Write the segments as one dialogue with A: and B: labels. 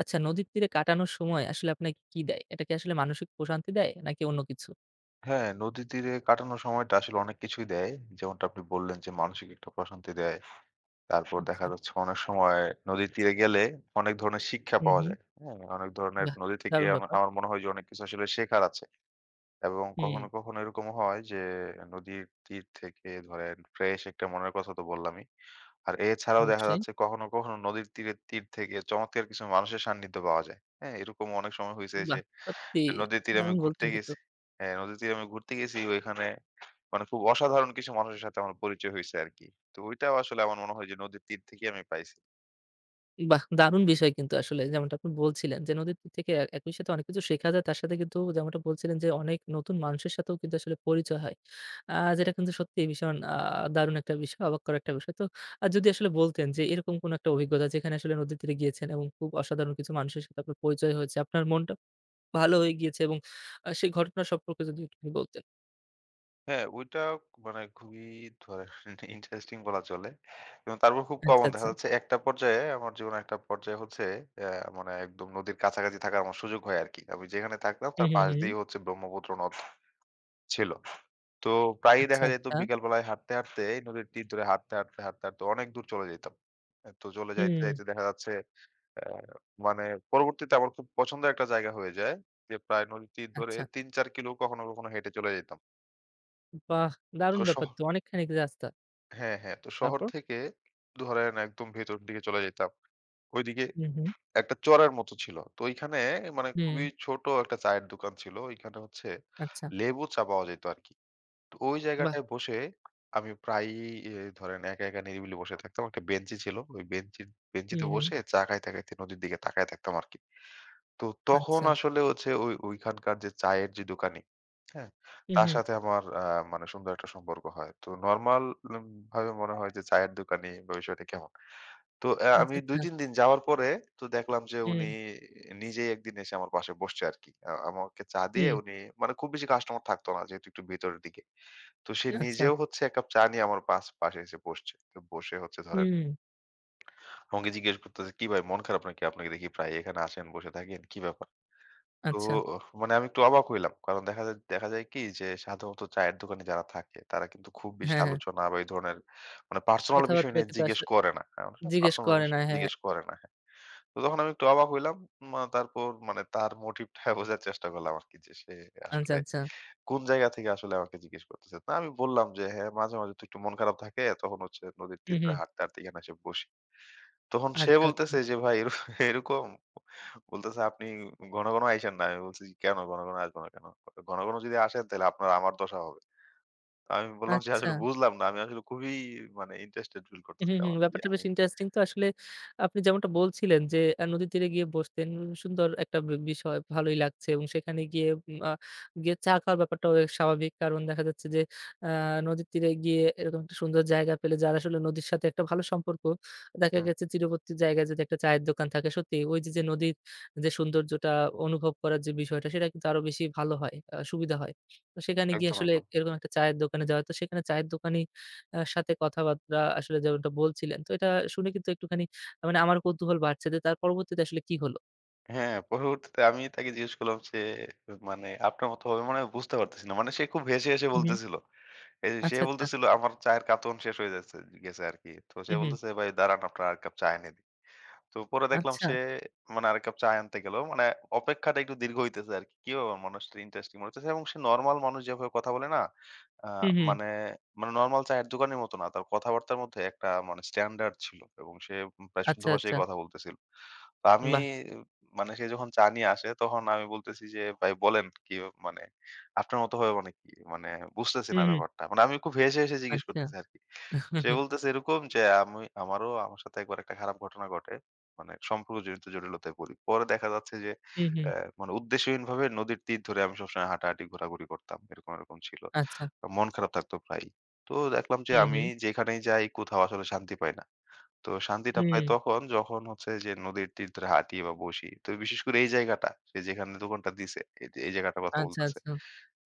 A: আচ্ছা নদীর তীরে কাটানোর সময় আসলে আপনাকে কি দেয়? এটা কি আসলে মানসিক প্রশান্তি দেয় নাকি অন্য কিছু?
B: হ্যাঁ, নদীর তীরে কাটানোর সময়টা আসলে অনেক কিছুই দেয়। যেমনটা আপনি বললেন যে মানসিক একটা প্রশান্তি দেয়। তারপর দেখা
A: আচ্ছা।
B: যাচ্ছে অনেক সময় নদীর তীরে গেলে অনেক ধরনের শিক্ষা
A: হুম,
B: পাওয়া
A: হুম।
B: যায়। হ্যাঁ? অনেক ধরনের
A: বাহ!
B: নদীতে গিয়ে
A: দারুণ
B: আমা
A: ব্যাপার।
B: আমার মনে হয় যে অনেক কিছু আসলে শেখার আছে। এবং
A: হুম,
B: কখনো, কখনো এরকমও হয় যে নদীর তীর থেকে ধরেন ফ্রেশ একটা মনের কথা তো বললামই। আর এছাড়াও দেখা
A: অবশ্যই।
B: যাচ্ছে কখনো, কখনো নদীর তীর থেকে চমৎকার কিছু মানুষের সান্নিধ্য পাওয়া যায়। হ্যাঁ? এরকম অনেক সময় হইছে যে
A: বাহ! সত্যি
B: নদীর তীরে আমি
A: দারুণ
B: ঘুরতে
A: বলছেন কিন্তু।
B: গেছি হ্যাঁ, নদীর তীরে আমি ঘুরতে গেছি ওইখানে মানে খুব অসাধারণ কিছু মানুষের সাথে আমার পরিচয় হইছে আরকি। তো ওইটাও আসলে আমার মনে হয় যে নদীর তীর থেকেই আমি পাইছি।
A: বাহ! দারুণ বিষয় কিন্তু আসলে যেমনটা আপনি বলছিলেন যে নদীর তীর থেকে একই সাথে অনেক কিছু শেখা যায়। তার সাথে কিন্তু যেমনটা বলছিলেন যে অনেক নতুন মানুষের সাথেও কিন্তু আসলে পরিচয় হয়। যেটা কিন্তু সত্যিই ভীষণ দারুণ একটা বিষয়, অবাক করা একটা বিষয়। তো যদি আসলে বলতেন যে এরকম কোনো একটা অভিজ্ঞতা যেখানে আসলে নদীর তীরে গিয়েছেন এবং খুব অসাধারণ কিছু মানুষের সাথে আপনার পরিচয় হয়েছে, আপনার মনটা ভালো হয়ে গিয়েছে এবং সেই ঘটনা সম্পর্কে যদি একটুখানি বলতেন।
B: হ্যাঁ, ওইটা মানে খুবই ধরেন ইন্টারেস্টিং বলা চলে। এবং তারপর খুব
A: আচ্ছা,
B: কমন দেখা
A: আচ্ছা।
B: যাচ্ছে একটা পর্যায়ে আমার জীবনের একটা পর্যায়ে হচ্ছে অ্যা মানে একদম নদীর কাছাকাছি থাকার আমার সুযোগ হয় আরকি। আমি যেখানে থাকতাম
A: হুম,
B: তার
A: হুম,
B: পাশ
A: হুম।
B: দিয়েই হচ্ছে ব্রহ্মপুত্র নদ ছিল। তো প্রায়ই
A: আচ্ছা,
B: দেখা যেত
A: আচ্ছা।
B: বিকাল বেলায় হাঁটতে, হাঁটতে এই নদীর তীর ধরে হাঁটতে, হাঁটতে, হাঁটতে, হাঁটতে অনেক দূর চলে যেতাম। এ তো চলে যাইতে,
A: হুম।
B: যাইতে দেখা যাচ্ছে অ্যা মানে পরবর্তীতে আমার খুব পছন্দের একটা জায়গা হয়ে যায় যে প্রায় নদীর তীর ধরে
A: আচ্ছা।
B: ৩-৪ কিলো কখনো, কখনো হেঁটে চলে যেতাম।
A: বাহ!
B: তো
A: দারুণ
B: শহ
A: ব্যাপার, তো অনেকখানি রাস্তা।
B: হ্যাঁ, হ্যাঁ। তো শহর
A: তারপর?
B: থেকে ধরেন একদম ভেতরের দিকে চলে যেতাম। ঐদিকে
A: হুম, হুম।
B: একটা চড়ার মতো ছিল। তো ঐখানে মানে
A: হুম।
B: খুবই ছোট একটা চায়ের দোকান ছিল। ঐখানে হচ্ছে
A: আচ্ছা।
B: লেবু চা পাওয়া যেত আরকি। তো ওই
A: বাহ!
B: জায়গাটায় বসে আমি প্রায়ই এ ধরেন একা, একা নিরিবিলি বসে থাকতাম। একটা বেঞ্চি ছিল। ওই বেঞ্চি
A: হুম,
B: বেঞ্চিতে
A: হুম।
B: বসে চা খাইতে, খাইতে নদীর দিকে তাকায় থাকতাম আরকি। তো তখন
A: আচ্ছা।
B: আসলে হচ্ছে ওইখানকার যে চায়ের যে দোকানি, হ্যাঁ?
A: হুম,
B: তার
A: হুম।
B: সাথে আমার মানে সুন্দর একটা সম্পর্ক হয়। তো নরমাল উম ভাবে মনে হয় যে চায়ের দোকানি বা বিষয়টা কেমন? তো আমি
A: আচ্ছা, আচ্ছা।
B: ২-৩ দিন যাওয়ার পরে তো দেখলাম যে
A: হুম,
B: উনি নিজেই একদিন এসে আমার পাশে বসছে আরকি। আমাকে চা দিয়ে
A: হুম।
B: উনি মানে খুব বেশি কাস্টমার থাকতো না যেহেতু একটু ভেতরের দিকে। তো সে
A: আচ্ছা।
B: নিজেও হচ্ছে ১ কাপ চা নিয়ে আমার পাশে এসে বসছে। তো বসে হচ্ছে ধরেন
A: হুম।
B: আমাকে জিজ্ঞেস করতেছে, "কি ভাই মন খারাপ নাকি? আপনাকে দেখি প্রায় এখানে আসেন, বসে থাকেন। কি ব্যাপার?" তো
A: আচ্ছা।
B: মানে আমি একটু অবাক হইলাম। কারণ দেখা যায় কি যে সাধারণত চায়ের দোকানে যারা থাকে তারা কিন্তু খুব বেশি
A: হ্যাঁ, হ্যাঁ।
B: আলোচনা বা এই ধরনের মানে পার্সোনাল বিষয়
A: কথাবার্তা
B: নিয়ে
A: কিন্তু
B: জিজ্ঞেস
A: আসলে
B: করে না। হ্যাঁ? অনেক সময়
A: জিজ্ঞেস
B: পার্সোনাল
A: করে না।
B: বিষয়
A: হ্যাঁ।
B: জিজ্ঞেস করে না। হ্যাঁ? তো তখন আমি একটু অবাক হইলাম। তারপর মানে তার মোটিভটা বোঝার চেষ্টা করলাম আরকি যে সে
A: আচ্ছা,
B: আসলে
A: আচ্ছা।
B: কোন জায়গা থেকে আসলে আমাকে জিজ্ঞেস করতেছে। তা আমি বললাম যে, "হ্যাঁ, মাঝে, মাঝে তো একটু মন খারাপ থাকে। তখন হচ্ছে নদীর
A: হুম,
B: তীরে
A: হুম।
B: হাঁটতে, হাঁটতে এখানে এসে বসি।" তখন সে
A: আচ্ছা, আচ্ছা।
B: বলতেছে যে, "ভাই এরকম?" বলতেছে, "আপনি ঘন, ঘন আইসেন না।" আমি বলছি, "কেন ঘন, ঘন আসবো না কেন? ঘন, ঘন যদি আসেন তাহলে আপনার আমার দশা হবে।" তো আমি বললাম যে,
A: আচ্ছা।
B: "আসলে বুঝলাম না। আমি আসলে খুবই মানে ইন্টারেস্টেড ফিল
A: হুম,
B: করতেছিলাম
A: হুম।
B: আরকি
A: ব্যাপারটা
B: আমি।"
A: বেশ ইন্টারেস্টিং, তো আসলে আপনি যেমনটা বলছিলেন যে নদীর তীরে গিয়ে বসতেন। সুন্দর একটা বিষয়, ভালোই লাগছে এবং সেখানে গিয়ে উম আ গিয়ে চা খাওয়ার ব্যাপারটাও বেশ স্বাভাবিক। কারণ দেখা যাচ্ছে যে আ নদীর তীরে গিয়ে এরকম একটা সুন্দর জায়গা পেলে, যার আসলে নদীর সাথে একটা ভালো সম্পর্ক। দেখা
B: হুম,
A: গেছে তীরবর্তী জায়গায় যদি একটা চায়ের দোকান থাকে, সত্যি ওই যে নদীর যে সৌন্দর্যটা অনুভব করার যে বিষয়টা সেটা কিন্তু আরো বেশি ভালো হয়, সুবিধা হয়। তো সেখানে গিয়ে
B: একদম,
A: আসলে
B: একদম।
A: এরকম একটা চায়ের দোকানে যাওয়া। তো সেখানে চায়ের দোকানে সাথে কথাবার্তা আসলে যেমনটা বলছিলেন। তো এটা শুনে কিন্তু একটুখানি মানে আমার কৌতূহল বাড়ছে যে তার পরবর্তীতে আসলে কি হলো?
B: হ্যাঁ, পরবর্তীতে আমি তাকে জিজ্ঞেস করলাম যে, "মানে আপনার মতো হবে মানে বুঝতে পারতেছি না।" মানে সে খুব হেসে, হেসে
A: হুম, হুম।
B: বলতেছিল। এই যে সে
A: আচ্ছা, আচ্ছা।
B: বলতেছিল, "আমার চায়ের কাতন শেষ হয়ে যাচ্ছে গেছে আরকি।" তো সে
A: হুম, হুম।
B: বলতেছে, "ভাই দাঁড়ান আপনার আরেক কাপ চা এনে দিই।" তো পরে দেখলাম
A: আচ্ছা।
B: সে মানে আরেক কাপ চা আনতে গেল। মানে অপেক্ষাটা একটু দীর্ঘ হইতেছে আরকি। কি কি ব্যাপার মানুষটা ইন্টারেস্টিং মনে হচ্ছে এবং সে নরমাল মানুষ যেভাবে কথা বলে না, আ
A: হুম, হুম।
B: মানে মানে নরমাল চায়ের দোকানের মতো না। তার কথাবার্তার মধ্যে একটা মানে স্ট্যান্ডার্ড ছিল এবং সে প্রায় শুদ্ধ
A: আচ্ছা, আচ্ছা।
B: ভাষায় কথা বলতেছিল। তো আমি
A: বাহ!
B: মানে সে যখন চা নিয়ে আসে তখন আমি বলতেছি যে, "ভাই বলেন কি মানে আপনার মত হবে মানে কি? মানে বুঝতেছি না
A: হুম, হুম।
B: ব্যাপারটা।" মানে আমি খুব হেসে, হেসে জিজ্ঞেস
A: আচ্ছা।
B: করতেছি আরকি। সে বলতেছে এরকম যে, "আমারও আমার সাথে একবার একটা খারাপ ঘটনা ঘটে। মানে সম্পর্কজনিত জটিলতায় পড়ি। পরে দেখা যাচ্ছে যে
A: হুম, হুম।
B: অ্যা মানে উদ্দেশ্যহীনভাবে নদীর তীর ধরে আমি সবসময় হাঁটাহাঁটি ঘোরাঘুরি করতাম। এরকম, এরকম ছিল।
A: আচ্ছা।
B: মন খারাপ থাকতো প্রায়ই। তো দেখলাম যে
A: হুম,
B: আমি
A: হুম।
B: যেখানেই যাই কোথাও আসলে শান্তি পাই না। তো শান্তিটা
A: হুম।
B: পাই তখন যখন হচ্ছে যে নদীর তীর ধরে হাঁটি বা বসি। তো বিশেষ করে এই জায়গাটা, সে যেখানে দোকানটা দিছে, এই যে এই জায়গাটার কথা
A: আচ্ছা,
B: বলতেছে।
A: আচ্ছা।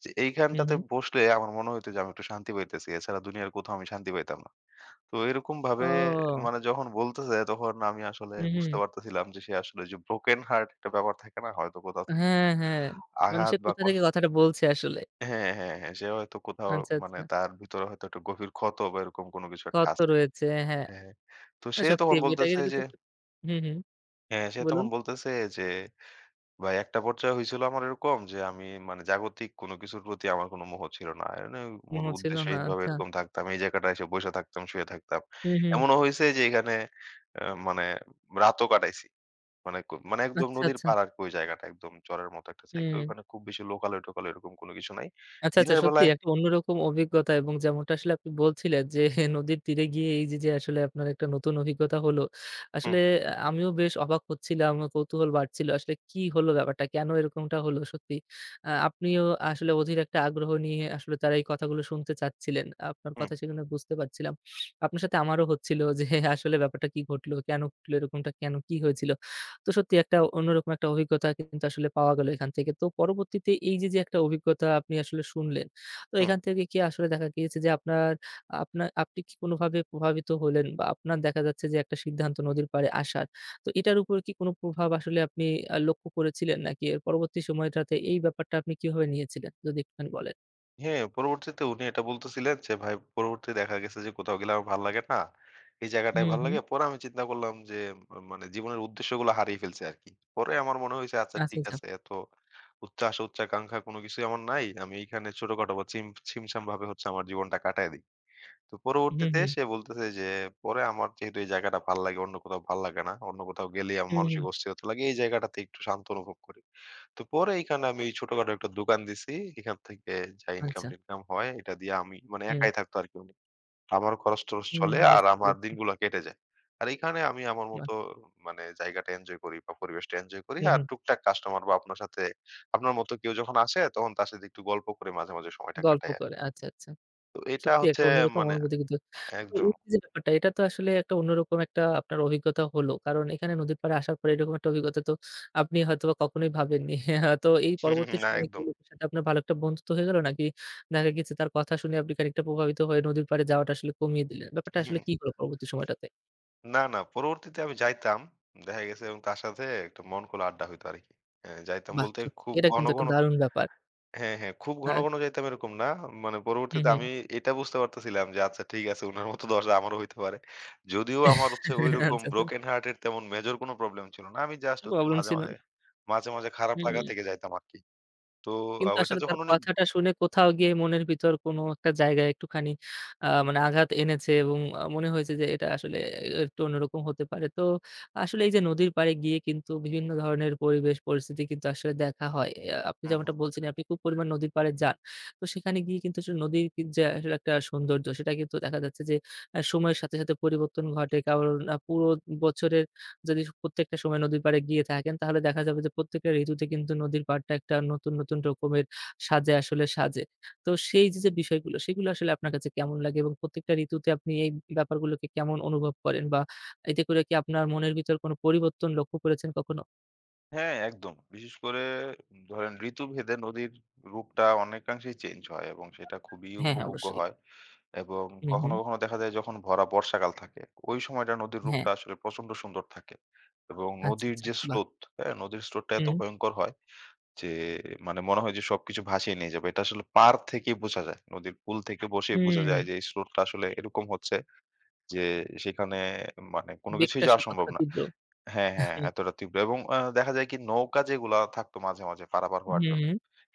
B: যে
A: হুম,
B: এইখানটাতে
A: হুম।
B: বসলে আমার মনে হইতো যে আমি একটু শান্তি পাইতেছি। এছাড়া দুনিয়ার কোথাও আমি শান্তি পাইতাম না। তো এরকমভাবে
A: ও!
B: মানে যখন বলতেছে তখন আমি আসলে
A: হুম, হুম।
B: বুঝতে পারতেছিলাম যে সে আসলে যে ব্রোকেন হার্ট একটা ব্যাপার থাকে না হয়তো কোথাও থেকে একটা
A: হ্যাঁ, হ্যাঁ। মানে
B: আঘাত
A: সে
B: বা
A: কোথা থেকে
B: কষ্ট।"
A: কথাটা বলছে আসলে।
B: হ্যাঁ, হ্যাঁ, হ্যাঁ। সে হয়তো কোথাও
A: আচ্ছা,
B: মানে
A: আচ্ছা।
B: তার ভিতরে হয়তো একটা গভীর ক্ষত বা এরকম কোনো কিছু একটা
A: তথ্য
B: আছে।
A: রয়েছে। হ্যাঁ।
B: হ্যাঁ। হ্যাঁ। তো
A: না,
B: সে
A: সত্যি
B: তখন
A: এটা
B: বলতেছে যে
A: কিন্তু একটু। হুম, হুম।
B: হ্যাঁ, সে তখন
A: বলুন?
B: বলতেছে যে, "ভাই একটা পর্যায়ে হইছিল আমার এরকম যে আমি মানে জাগতিক কোনো কিছুর প্রতি আমার কোনো মোহ ছিল না। এমনি মূল
A: মোহ ছিল না।
B: উদ্দেশ্যহীনভাবে
A: আচ্ছা।
B: এরকম থাকতাম। এই জায়গাটায় এসে বইসা থাকতাম, শুয়ে থাকতাম।
A: হুম, হুম।
B: এমনও হইছে যে এখানে আ মানে রাতও কাটাইছি। মানে মানে একদম
A: আচ্ছা,
B: নদীর
A: আচ্ছা।
B: পাড় আরকি ওই জায়গাটা একদম চরের মতো একটা জায়গা।
A: হুম।
B: ওখানে খুব বেশি লোকালয়-টোকালয় এরকম কোনো কিছু নাই।
A: আচ্ছা, আচ্ছা,
B: দিনের বেলায়।"
A: সত্যিই একটা অন্যরকম অভিজ্ঞতা এবং যেমনটা আসলে আপনি বলছিলেন যে নদীর তীরে গিয়ে এই যে আসলে আপনার একটা নতুন অভিজ্ঞতা হলো।
B: হুম,
A: আসলে আমিও বেশ অবাক হচ্ছিলাম, আমার কৌতূহল বাড়ছিল। আসলে কি হলো ব্যাপারটা? কেন এরকমটা হলো? সত্যি আপনিও আসলে অধীর একটা আগ্রহ নিয়ে আসলে তারা এই কথাগুলো শুনতে চাচ্ছিলেন। আপনার
B: হুম,
A: কথা সেখানে বুঝতে পারছিলাম। আপনার সাথে আমারও হচ্ছিল যে আসলে ব্যাপারটা কি ঘটলো? কেন ঘটলো? এরকমটা কেন? কি হয়েছিল? তো সত্যি একটা অন্যরকম একটা অভিজ্ঞতা কিন্তু আসলে পাওয়া গেল এখান থেকে। তো পরবর্তীতে এই যে একটা অভিজ্ঞতা আপনি আসলে শুনলেন, তো
B: হুম।
A: এখান থেকে কি আসলে দেখা গিয়েছে যে আপনা আপনি কি কোনোভাবে প্রভাবিত হলেন বা আপনার দেখা যাচ্ছে যে একটা সিদ্ধান্ত নদীর পাড়ে আসার, তো এটার উপর কি কোনো প্রভাব আসলে আপনি লক্ষ্য করেছিলেন? নাকি এর পরবর্তী সময়টাতে এই ব্যাপারটা আপনি কিভাবে নিয়েছিলেন? যদি একটুখানি বলেন।
B: হ্যাঁ, পরবর্তীতে উনি এটা বলতেছিলেন যে, "ভাই পরবর্তীতে দেখা গেছে যে, কোথাও গেলে আমার ভাল লাগে না। এই জায়গাটায়
A: হুম,
B: ভাল লাগে।
A: হুম।
B: পরে আমি চিন্তা করলাম যে, মানে জীবনের উদ্দেশ্যগুলো হারিয়ে ফেলছি আরকি। পরে আমার মনে হইছে আচ্ছা
A: আচ্ছা,
B: ঠিক
A: আচ্ছা।
B: আছে এত উচ্চ আশা, উচ্চাকাঙ্ক্ষা কোনো কিছুই আমার নাই। আমি এইখানে ছোটখাটো বা ছিমছাম ভাবে হচ্ছে আমার জীবনটা কাটায় দেই।" তো
A: হুম,
B: পরবর্তীতে
A: হুম।
B: সে বলতেছে যে, "পরে আমার যেহেতু এই জায়গাটা ভাল লাগে, অন্য কোথাও ভাল লাগে না। অন্য কোথাও গেলেই আমার
A: হুম,
B: মানসিক
A: হুম।
B: অস্থিরতা লাগে। এই জায়গাটাতে একটু শান্ত অনুভব করি। তো পরে এইখানে আমি এই ছোটখাটো একটা দোকান দিছি। এখান থেকে যা
A: আচ্ছা।
B: ইনকাম-টিনকাম হয় এটা দিয়ে আমি মানে
A: হুম,
B: একাই থাকতো আরকি উনি। আমারও খরচ-টরচ
A: হুম,
B: চলে
A: হুম,
B: আর
A: বুঝতে
B: আমার
A: পেরেছি।
B: দিনগুলা কেটে যায়। আর এইখানে আমি আমার
A: বাহ!
B: মতো মানে জায়গাটা এনজয় করি বা পরিবেশটা এনজয় করি।
A: হুম,
B: আর
A: হুম।
B: টুকটাক কাস্টমার বা আপনার সাথে আপনার মতো কেউ যখন আসে তখন তার সাথে একটু গল্প করে মাঝে, মাঝে সময়টা
A: গল্প
B: কাটাই আরকি।"
A: করে। আচ্ছা, আচ্ছা।
B: তো এটা
A: সত্যি
B: হচ্ছে
A: একটা অন্যরকম
B: মানে
A: অনুভূতি কিন্তু, তো
B: একদম
A: এই যে ব্যাপারটা, এটা তো আসলে একটা অন্যরকম একটা আপনার অভিজ্ঞতা হলো। কারণ এখানে নদীর পাড়ে আসার পরে এরকম একটা অভিজ্ঞতা তো আপনি হয়তোবা কখনোই ভাবেননি। তো এই পরবর্তী, হুম,
B: না
A: সময়ে কি
B: একদম।
A: এই লোকের সাথে আপনার ভালো একটা বন্ধুত্ব হয়ে গেল? নাকি দেখা গেছে তার কথা শুনে আপনি খানিকটা প্রভাবিত হয়ে নদীর পাড়ে যাওয়াটা আসলে কমিয়ে দিলেন? ব্যাপারটা আসলে কি হলো পরবর্তী সময়টাতে?
B: না, না পরবর্তীতে আমি যাইতাম। দেখা গেছে এবং তার সাথে একটা মন খোলা আড্ডা হইতো আরকি। যাইতাম
A: বাহ!
B: বলতে
A: সত্যি
B: খুব
A: এটা
B: ঘন,
A: কিন্তু একটা
B: ঘন
A: দারুণ ব্যাপার।
B: হ্যাঁ, হ্যাঁ। খুব ঘন,
A: আ
B: ঘন যাইতাম এরকম না। মানে
A: হুম,
B: পরবর্তীতে
A: হুম।
B: আমি এটা বুঝতে পারতেছিলাম যে আচ্ছা ঠিক আছে উনার মতো দশা আমারও হইতে পারে। যদিও আমার হচ্ছে ঐরকম
A: আচ্ছা, আচ্ছা।
B: ব্রোকেন হার্ট এর তেমন মেজর কোনো প্রবলেম ছিল না। আমি জাস্ট হচ্ছে
A: প্রবলেম
B: মাঝে,
A: ছিল না।
B: মাঝে, মাঝে, মাঝে, খারাপ
A: হুম।
B: লাগা থেকে যাইতাম আরকি। তো
A: কিন্তু
B: ওইটা
A: আসলে
B: যখন
A: তার
B: উনি
A: কথাটা শুনে কোথাও গিয়ে মনের ভিতর কোনো একটা জায়গায় একটুখানি মানে আঘাত এনেছে এবং মনে হয়েছে যে এটা আসলে একটু অন্যরকম হতে পারে। তো আসলে এই যে নদীর পাড়ে গিয়ে কিন্তু বিভিন্ন ধরনের পরিবেশ পরিস্থিতি কিন্তু আসলে দেখা হয়। আপনি
B: হুম,
A: যেমনটা
B: হুম।
A: বলছিলেন আপনি খুব পরিমাণ নদীর পাড়ে যান। তো সেখানে গিয়ে কিন্তু আসলে নদীর কি যে আসলে একটা সৌন্দর্য, সেটা কিন্তু দেখা যাচ্ছে যে সময়ের সাথে সাথে পরিবর্তন ঘটে। কারণ পুরো বছরের যদি প্রত্যেকটা সময় নদীর পাড়ে গিয়ে থাকেন তাহলে দেখা যাবে যে প্রত্যেকটা ঋতুতে কিন্তু নদীর পাড়টা একটা নতুন, নতুন রকমের সাজে আসলে সাজে। তো সেই যে বিষয়গুলো সেগুলো আসলে আপনার কাছে কেমন লাগে এবং প্রত্যেকটা ঋতুতে আপনি এই ব্যাপারগুলোকে কেমন অনুভব করেন বা এতে করে কি আপনার মনের ভিতর কোনো পরিবর্তন লক্ষ্য করেছেন কখনো?
B: হ্যাঁ, একদম। বিশেষ করে ধরেন ঋতুভেদে নদীর রূপটা অনেকাংশেই চেঞ্জ হয় এবং সেটা খুবই
A: হ্যাঁ, হ্যাঁ,
B: উপভোগ্য
A: অবশ্যই।
B: হয়। এবং
A: হুম,
B: কখনো,
A: হুম।
B: কখনো দেখা যায় যখন ভরা বর্ষাকাল থাকে, ওই সময়টা নদীর
A: হ্যাঁ।
B: রূপটা আসলে প্রচন্ড সুন্দর থাকে। এবং
A: আচ্ছা,
B: নদীর
A: আচ্ছা।
B: যে
A: বাহ!
B: স্রোত, হ্যাঁ? নদীর স্রোতটা এত
A: হুম,
B: ভয়ংকর হয় যে মানে মনে হয় যে সবকিছু ভাসিয়ে নিয়ে যাবে। এটা আসলে পাড় থেকেই বোঝা যায়। নদীর কূল থেকে বসেই বোঝা
A: হুম।
B: যায় যে এই স্রোতটা আসলে এরকম হচ্ছে যে সেখানে মানে কোন
A: বেগটা
B: কিছুই যাওয়া
A: আসলে
B: সম্ভব
A: কতটা
B: না।
A: তীব্র?
B: হ্যাঁ, হ্যাঁ,
A: হুম,
B: এতটা তীব্র এবং দেখা যায় কি নৌকা যেগুলা থাকতো মাঝে, মাঝে পারাপার হওয়ার জন্য
A: হুম,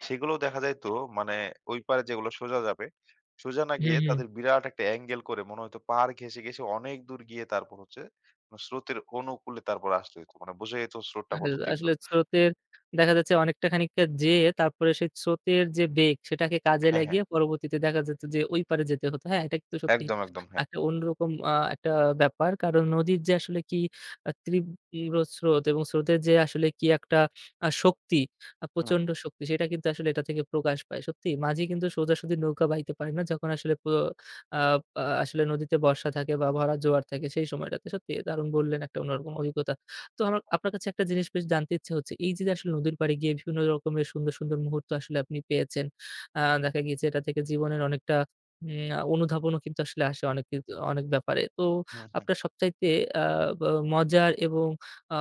B: সেগুলোও দেখা যাইতো মানে ওই পারে যেগুলো সোজা যাবে, সোজা না হুম।
A: হুম,
B: গিয়ে
A: হুম।
B: তাদের বিরাট একটা অ্যাঙ্গেল করে মনে হইতো পাড় ঘেঁষে, ঘেঁষে অনেক দূর গিয়ে তারপর হচ্ছে মানে স্রোতের অনুকূলে তারপর আসতে হইতো। মানে বোঝা যেত স্রোতটা
A: আস
B: কত তীব্র।
A: আসলে স্রোতের দেখা যাচ্ছে অনেকটা খানিকটা যেয়ে তারপরে সেই স্রোতের যে বেগ, সেটাকে কাজে
B: হ্যাঁ, হ্যাঁ।
A: লাগিয়ে পরবর্তীতে দেখা যেত যে ওই পারে যেতে হতো। হ্যাঁ, এটা কিন্তু সত্যি
B: একদম, একদম। হ্যাঁ।
A: একটা অন্যরকম একটা ব্যাপার। কারণ নদীর যে আসলে কি তীব্র স্রোত এবং স্রোতের যে আসলে কি একটা শক্তি,
B: হুম,
A: প্রচন্ড শক্তি, সেটা কিন্তু আসলে এটা থেকে প্রকাশ পায়। সত্যি মাঝি কিন্তু সোজাসুজি নৌকা বাইতে পারে না যখন আসলে প আ আ আসলে নদীতে বর্ষা থাকে বা ভরা জোয়ার থাকে সেই সময়টাতে। সত্যি দারুণ বললেন একটা অন্যরকম অভিজ্ঞতা। তো আমার আপনার কাছে একটা জিনিস বেশ জানতে ইচ্ছে হচ্ছে। এই যে আসলে নদীর পাড়ে গিয়ে বিভিন্ন রকমের সুন্দর, সুন্দর মুহূর্ত আসলে আপনি পেয়েছেন। দেখা গিয়েছে এটা থেকে জীবনের অনেকটা উম আ অনুধাবনও কিন্তু আসলে আসে অনেক অনেক ব্যাপারে। তো
B: হুম।
A: আপনার সবচাইতে আ বা মজার এবং আ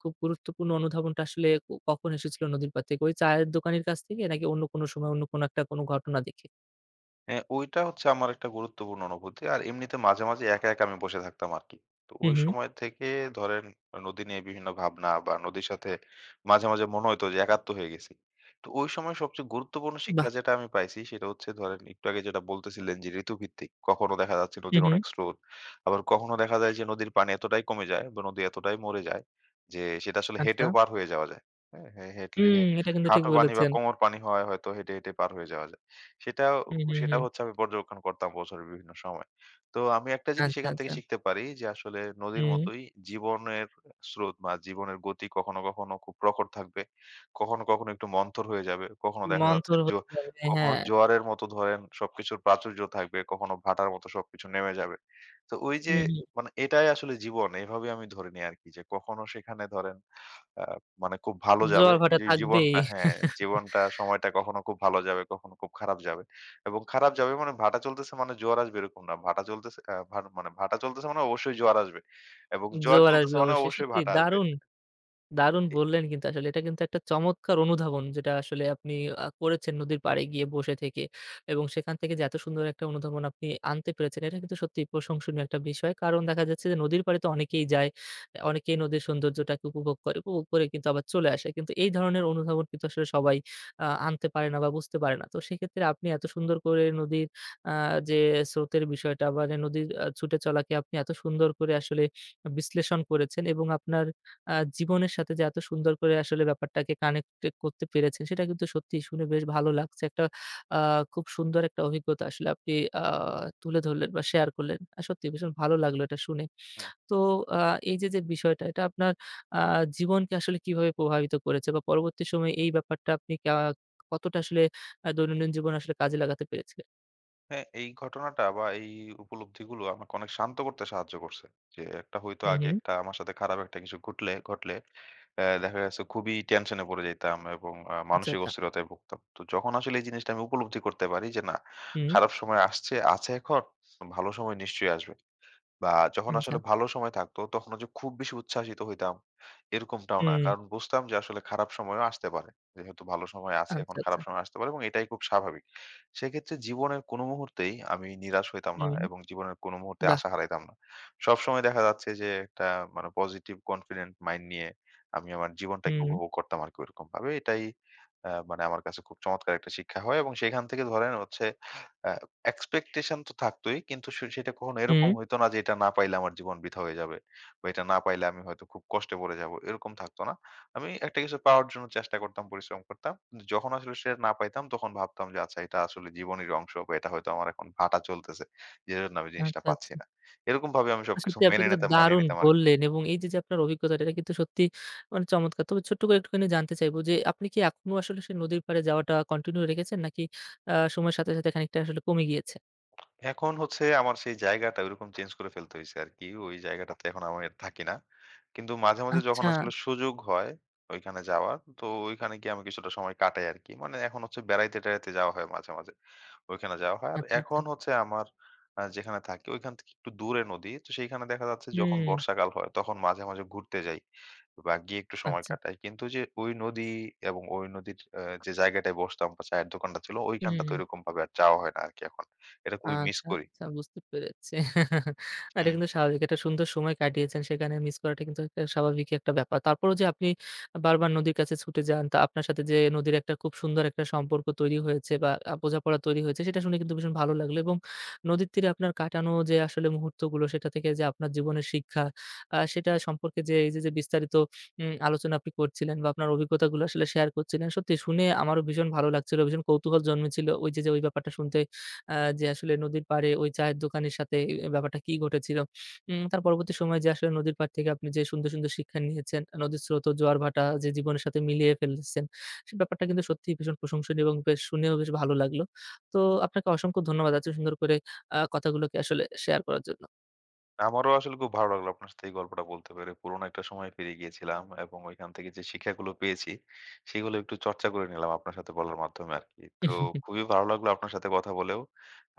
A: খুব গুরুত্বপূর্ণ অনুধাবনটা আসলে কখন এসেছিল নদীর পাড় থেকে? ওই চায়ের দোকানির কাছ থেকে নাকি অন্য কোনো সময় অন্য কোনো একটা কোনো ঘটনা দেখে?
B: হ্যাঁ, ওইটা হচ্ছে আমার একটা গুরুত্বপূর্ণ অনুভূতি। আর এমনিতে মাঝে, মাঝে একা, একা আমি বসে থাকতাম আরকি। তো
A: হু,
B: ওই
A: হু।
B: সময় থেকে ধরেন নদী নিয়ে বিভিন্ন ভাবনা বা নদীর সাথে মাঝে, মাঝে মনে হইতো যে একাত্ম হয়ে গেছি। তো ওই সময় সবচেয়ে গুরুত্বপূর্ণ শিক্ষা
A: বাহ!
B: যেটা আমি পাইছি সেটা হচ্ছে ধরেন একটু আগে যেটা বলতেছিলেন যে ঋতুভিত্তিক। কখনো দেখা যাচ্ছে
A: হু,
B: নদীর
A: হু।
B: অনেক স্রোত। আবার কখনো দেখা যায় যে নদীর পানি এতটাই কমে যায় বা নদী এতটাই মরে যায় যে সেটা আসলে
A: আচ্ছা।
B: হেঁটেও পার হয়ে যাওয়া যায়। হ্যাঁ, হেঁটলে
A: হুম, এটা কিন্তু ঠিক
B: হাঁটু পানি বা
A: বলেছেন।
B: কোমর পানি হয় হয়তো হেঁটে, হেঁটে পার হয়ে যাওয়া যায়। সেটাও
A: হু, হু,
B: সেটা
A: হু।
B: হচ্ছে আমি পর্যবেক্ষণ করতাম বছরের বিভিন্ন সময়। তো আমি একটা জিনিস
A: আচ্ছা,
B: এখান থেকে
A: আচ্ছা।
B: শিখতে পারি যে আসলে নদীর
A: হুম।
B: মতোই জীবনের স্রোত বা জীবনের গতি কখনো, কখনো খুব প্রখর থাকবে। কখনো, কখনো একটু মন্থর হয়ে যাবে। কখনো দেখা যাচ্ছে
A: মন্থর
B: জো
A: হয়ে যাবে,
B: কখনো
A: হ্যাঁ।
B: জোয়ারের মতো ধরেন সবকিছুর প্রাচুর্য থাকবে, কখনো ভাটার মতো সবকিছু নেমে যাবে। তো ওই যে
A: হু, হু।
B: মানে এটাই আসলে জীবন এভাবে আমি ধরে নিই আরকি যে কখনো সেখানে ধরেন আ মানে খুব ভালো যাবে।
A: জোয়ার ভাটা
B: যে
A: থাকবেই।
B: জীবনটা হ্যাঁ, জীবনটা সময়টা কখনো খুব ভালো যাবে, কখনো খুব খারাপ যাবে। এবং খারাপ যাবে মানে ভাটা চলতেছে মানে জোয়ার আসবে এরকম না। ভাটা চলতেছে আ ভা মানে ভাটা চলতেছে মানে অবশ্যই জোয়ার আসবে। এবং জোয়ার
A: জোয়ার
B: চলতেছে
A: আসবে
B: মানে
A: অবশ্যই।
B: অবশ্যই
A: সত্যি
B: ভাটা আসবে।
A: দারুণ, দারুণ
B: এ
A: বললেন কিন্তু আসলে। এটা কিন্তু একটা চমৎকার অনুধাবন যেটা আসলে আপনি করেছেন নদীর পাড়ে গিয়ে বসে থেকে এবং সেখান থেকে যে এত সুন্দর একটা অনুধাবন আপনি আনতে পেরেছেন, এটা কিন্তু সত্যিই প্রশংসনীয় একটা বিষয়। কারণ দেখা যাচ্ছে যে নদীর পাড়ে তো অনেকেই যায়। অনেকেই নদীর সৌন্দর্যটাকে উপভোগ করে। উপভোগ করে কিন্তু আবার চলে আসে। কিন্তু এই ধরনের অনুধাবন কিন্তু আসলে সবাই আনতে পারে না বা বুঝতে পারে না। তো সেক্ষেত্রে আপনি এত সুন্দর করে নদীর আ যে স্রোতের বিষয়টা বা যে নদীর ছুটে চলাকে আপনি এত সুন্দর করে আসলে বিশ্লেষণ করেছেন এবং আপনার জীবনের সাথে যে এত সুন্দর করে আসলে ব্যাপারটাকে কানেক্টেড করতে পেরেছেন, সেটা কিন্তু সত্যিই শুনে বেশ ভালো লাগছে। একটা আ খুব সুন্দর একটা অভিজ্ঞতা আসলে আপনি আ তুলে ধরলেন বা শেয়ার করলেন। সত্যিই ভীষণ ভালো লাগলো এটা শুনে।
B: হুম।
A: তো আ এই যে বিষয়টা, এটা আপনার আ জীবনকে আসলে কিভাবে প্রভাবিত করেছে বা পরবর্তী সময়ে এই ব্যাপারটা আপনি কতটা আসলে দৈনন্দিন জীবনে আসলে কাজে লাগাতে পেরেছিলেন?
B: হ্যাঁ, এই ঘটনাটা বা এই উপলব্ধিগুলো আমাকে অনেক শান্ত করতে সাহায্য করছে। যে একটা হয়তো
A: হুম,
B: আগে
A: হুম।
B: একটা আমার সাথে খারাপ একটা কিছু ঘটলে ঘটলে দেখা গেছে খুবই টেনশনে পড়ে যাইতাম এবং
A: আচ্ছা,
B: মানসিক
A: আচ্ছা।
B: অস্থিরতায় ভুগতাম। তো যখন আসলে এই জিনিসটা আমি উপলব্ধি করতে পারি যে না,
A: হুম,
B: খারাপ সময় আসছে আছে এখন, ভালো সময় নিশ্চয়ই আসবে। বা যখন
A: আচ্ছা।
B: আসলে ভালো সময় থাকতো তখন যে খুব বেশি উচ্ছ্বাসিত হইতাম এরকমটাও না।
A: হুম।
B: কারণ বুঝতাম যে আসলে খারাপ সময়ও আসতে পারে। যেহেতু ভালো সময় আছে এখন
A: আচ্ছা,
B: খারাপ
A: আচ্ছা।
B: সময় আসতে পারে এবং এটাই খুব স্বাভাবিক। সেক্ষেত্রে জীবনের কোনো মুহূর্তেই আমি নিরাশ হইতাম না
A: হুম।
B: এবং জীবনের কোনো মুহূর্তে
A: বাহ!
B: আশা হারাইতাম না। সবসময় দেখা যাচ্ছে যে একটা মানে পজিটিভ কনফিডেন্ট মাইন্ড নিয়ে আমি আমার জীবনটাকে
A: হুম,
B: উপভোগ করতাম আরকি ওইরকমভাবে। এটাই মানে আমার কাছে খুব চমৎকার একটা শিক্ষা হয় এবং সেখান থেকে ধরেন হচ্ছে অ্যা এক্সপেকটেশন তো থাকতই। কিন্তু সে সেটা কখনো
A: হুম।
B: এরকম হইতো না যে এটা না পাইলে আমার জীবন বৃথা হয়ে যাবে। বা এটা না পাইলে আমি হয়তো খুব কষ্টে পড়ে যাবো। এরকম থাকতো না। আমি একটা কিছু পাওয়ার জন্য চেষ্টা করতাম, পরিশ্রম করতাম। কিন্তু যখন আসলে সেটা না পাইতাম তখন ভাবতাম যে আচ্ছা এটা আসলে জীবনেরই অংশ বা এটা হয়তো আমার এখন ভাটা চলতেছে। যেজন্য আমি জিনিসটা
A: আচ্ছা,
B: পাচ্ছি
A: আচ্ছা।
B: না। এরকমভাবে আমি সবকিছু
A: সত্যি আপনি
B: মেনে
A: কিন্তু
B: নিতাম, মানিয়ে
A: দারুণ
B: নিতাম আরকি।
A: বললেন এবং এই যে, আপনার অভিজ্ঞতাটা এটা কিন্তু সত্যি মানে চমৎকার। তবে ছোট্ট করে একটুখানি জানতে চাইবো যে, আপনি কি এখনো আসলে সেই নদীর পাড়ে যাওয়াটা কন্টিনিউ রেখেছেন নাকি সময়ের সাথে সাথে খানিকটা আসলে কমে গিয়েছে?
B: এখন হচ্ছে আমার সেই জায়গাটা ওইরকম চেঞ্জ করে ফেলতে হইছে আরকি। ওই জায়গাটাতে এখন আমি আর থাকি না। কিন্তু মাঝে, মাঝে যখন
A: আচ্ছা,
B: আচ্ছা। আসলে সুযোগ হয় ওইখানে যাওয়ার, তো ওইখানে গিয়ে আমি কিছুটা সময় কাটাই আরকি। মানে এখন হচ্ছে বেড়াইতে-টেড়াইতে যাওয়া হয় মাঝে, মাঝে। ওইখানে যাওয়া হয়। আর
A: আচ্ছা, আচ্ছা।
B: এখন হচ্ছে আমার যেখানে থাকি ওইখান থেকে একটু দূরে নদী। তো সেইখানে দেখা যাচ্ছে যখন
A: হুম,
B: বর্ষাকাল হয় তখন মাঝে, মাঝে ঘুরতে যাই বা গিয়ে একটু সময়
A: আচ্ছা।
B: কাটাই। কিন্তু যে ওই নদী এবং ওই নদীর যে জায়গাটায় বসতাম বা চায়ের দোকানটা ছিল,
A: হুম, হুম,
B: ওইখানটাতে
A: হুম।
B: ওইরকম ভাবে আর যাওয়া হয় না আরকি এখন। এটা খুবই মিস
A: আচ্ছা,
B: করি।
A: আচ্ছা, বুঝতে পেরেছি। না, এটা
B: হুম,
A: কিন্তু স্বাভাবিক। একটা সুন্দর সময় কাটিয়েছেন। সেখানে মিস করাটা কিন্তু একটা স্বাভাবিকই একটা ব্যাপার। তারপরেও যে আপনি বারবার নদীর কাছে ছুটে যান, তা আপনার সাথে যে নদীর একটা খুব সুন্দর একটা সম্পর্ক তৈরি হয়েছে বা বোঝাপড়া তৈরি হয়েছে, সেটা শুনে কিন্তু ভীষণ ভালো লাগলো এবং নদীর তীরে আপনার কাটানো যে আসলে মুহূর্তগুলো সেটা থেকে যে আপনার জীবনের শিক্ষা, সেটা সম্পর্কে যে এই যে বিস্তারিত আলোচনা আপনি করছিলেন বা আপনার অভিজ্ঞতাগুলো আসলে শেয়ার করছিলেন। সত্যি শুনে আমারও ভীষণ ভালো লাগছিল। ভীষণ কৌতূহল জন্মেছিল ওই যে ওই ব্যাপারটা শুনতে, আ যে আসলে নদীর পাড়ে ওই চায়ের দোকানের সাথে ব্যাপারটা কি ঘটেছিল। তার পরবর্তী সময়ে যে আসলে নদীর পাড় থেকে আপনি যে সুন্দর, সুন্দর শিক্ষা নিয়েছেন, নদীর স্রোত ও জোয়ার ভাটা যে জীবনের সাথে মিলিয়ে ফেলেছেন, সে ব্যাপারটা কিন্তু সত্যিই ভীষণ প্রশংসনীয় এবং বেশ, শুনেও বেশ ভালো লাগলো। তো আপনাকে অসংখ্য ধন্যবাদ এত সুন্দর করে কথাগুলোকে আসলে শেয়ার করার জন্য।
B: আমারও আসলে খুব ভালো লাগলো আপনার সাথে এই গল্পটা বলতে পেরে। পুরোনো একটা সময়ে ফিরে গিয়েছিলাম এবং ওইখান থেকে যে শিক্ষাগুলো পেয়েছি, সেগুলো একটু চর্চা করে নিলাম আপনার সাথে বলার মাধ্যমে আরকি। তো খুবই ভালো লাগলো আপনার সাথে কথা বলেও।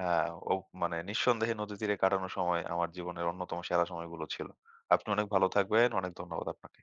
B: আ ও মানে নিঃসন্দেহে নদী তীরে কাটানো সময় আমার জীবনের অন্যতম সেরা সময়গুলো ছিল। আপনি অনেক ভালো থাকবেন। অনেক ধন্যবাদ আপনাকে।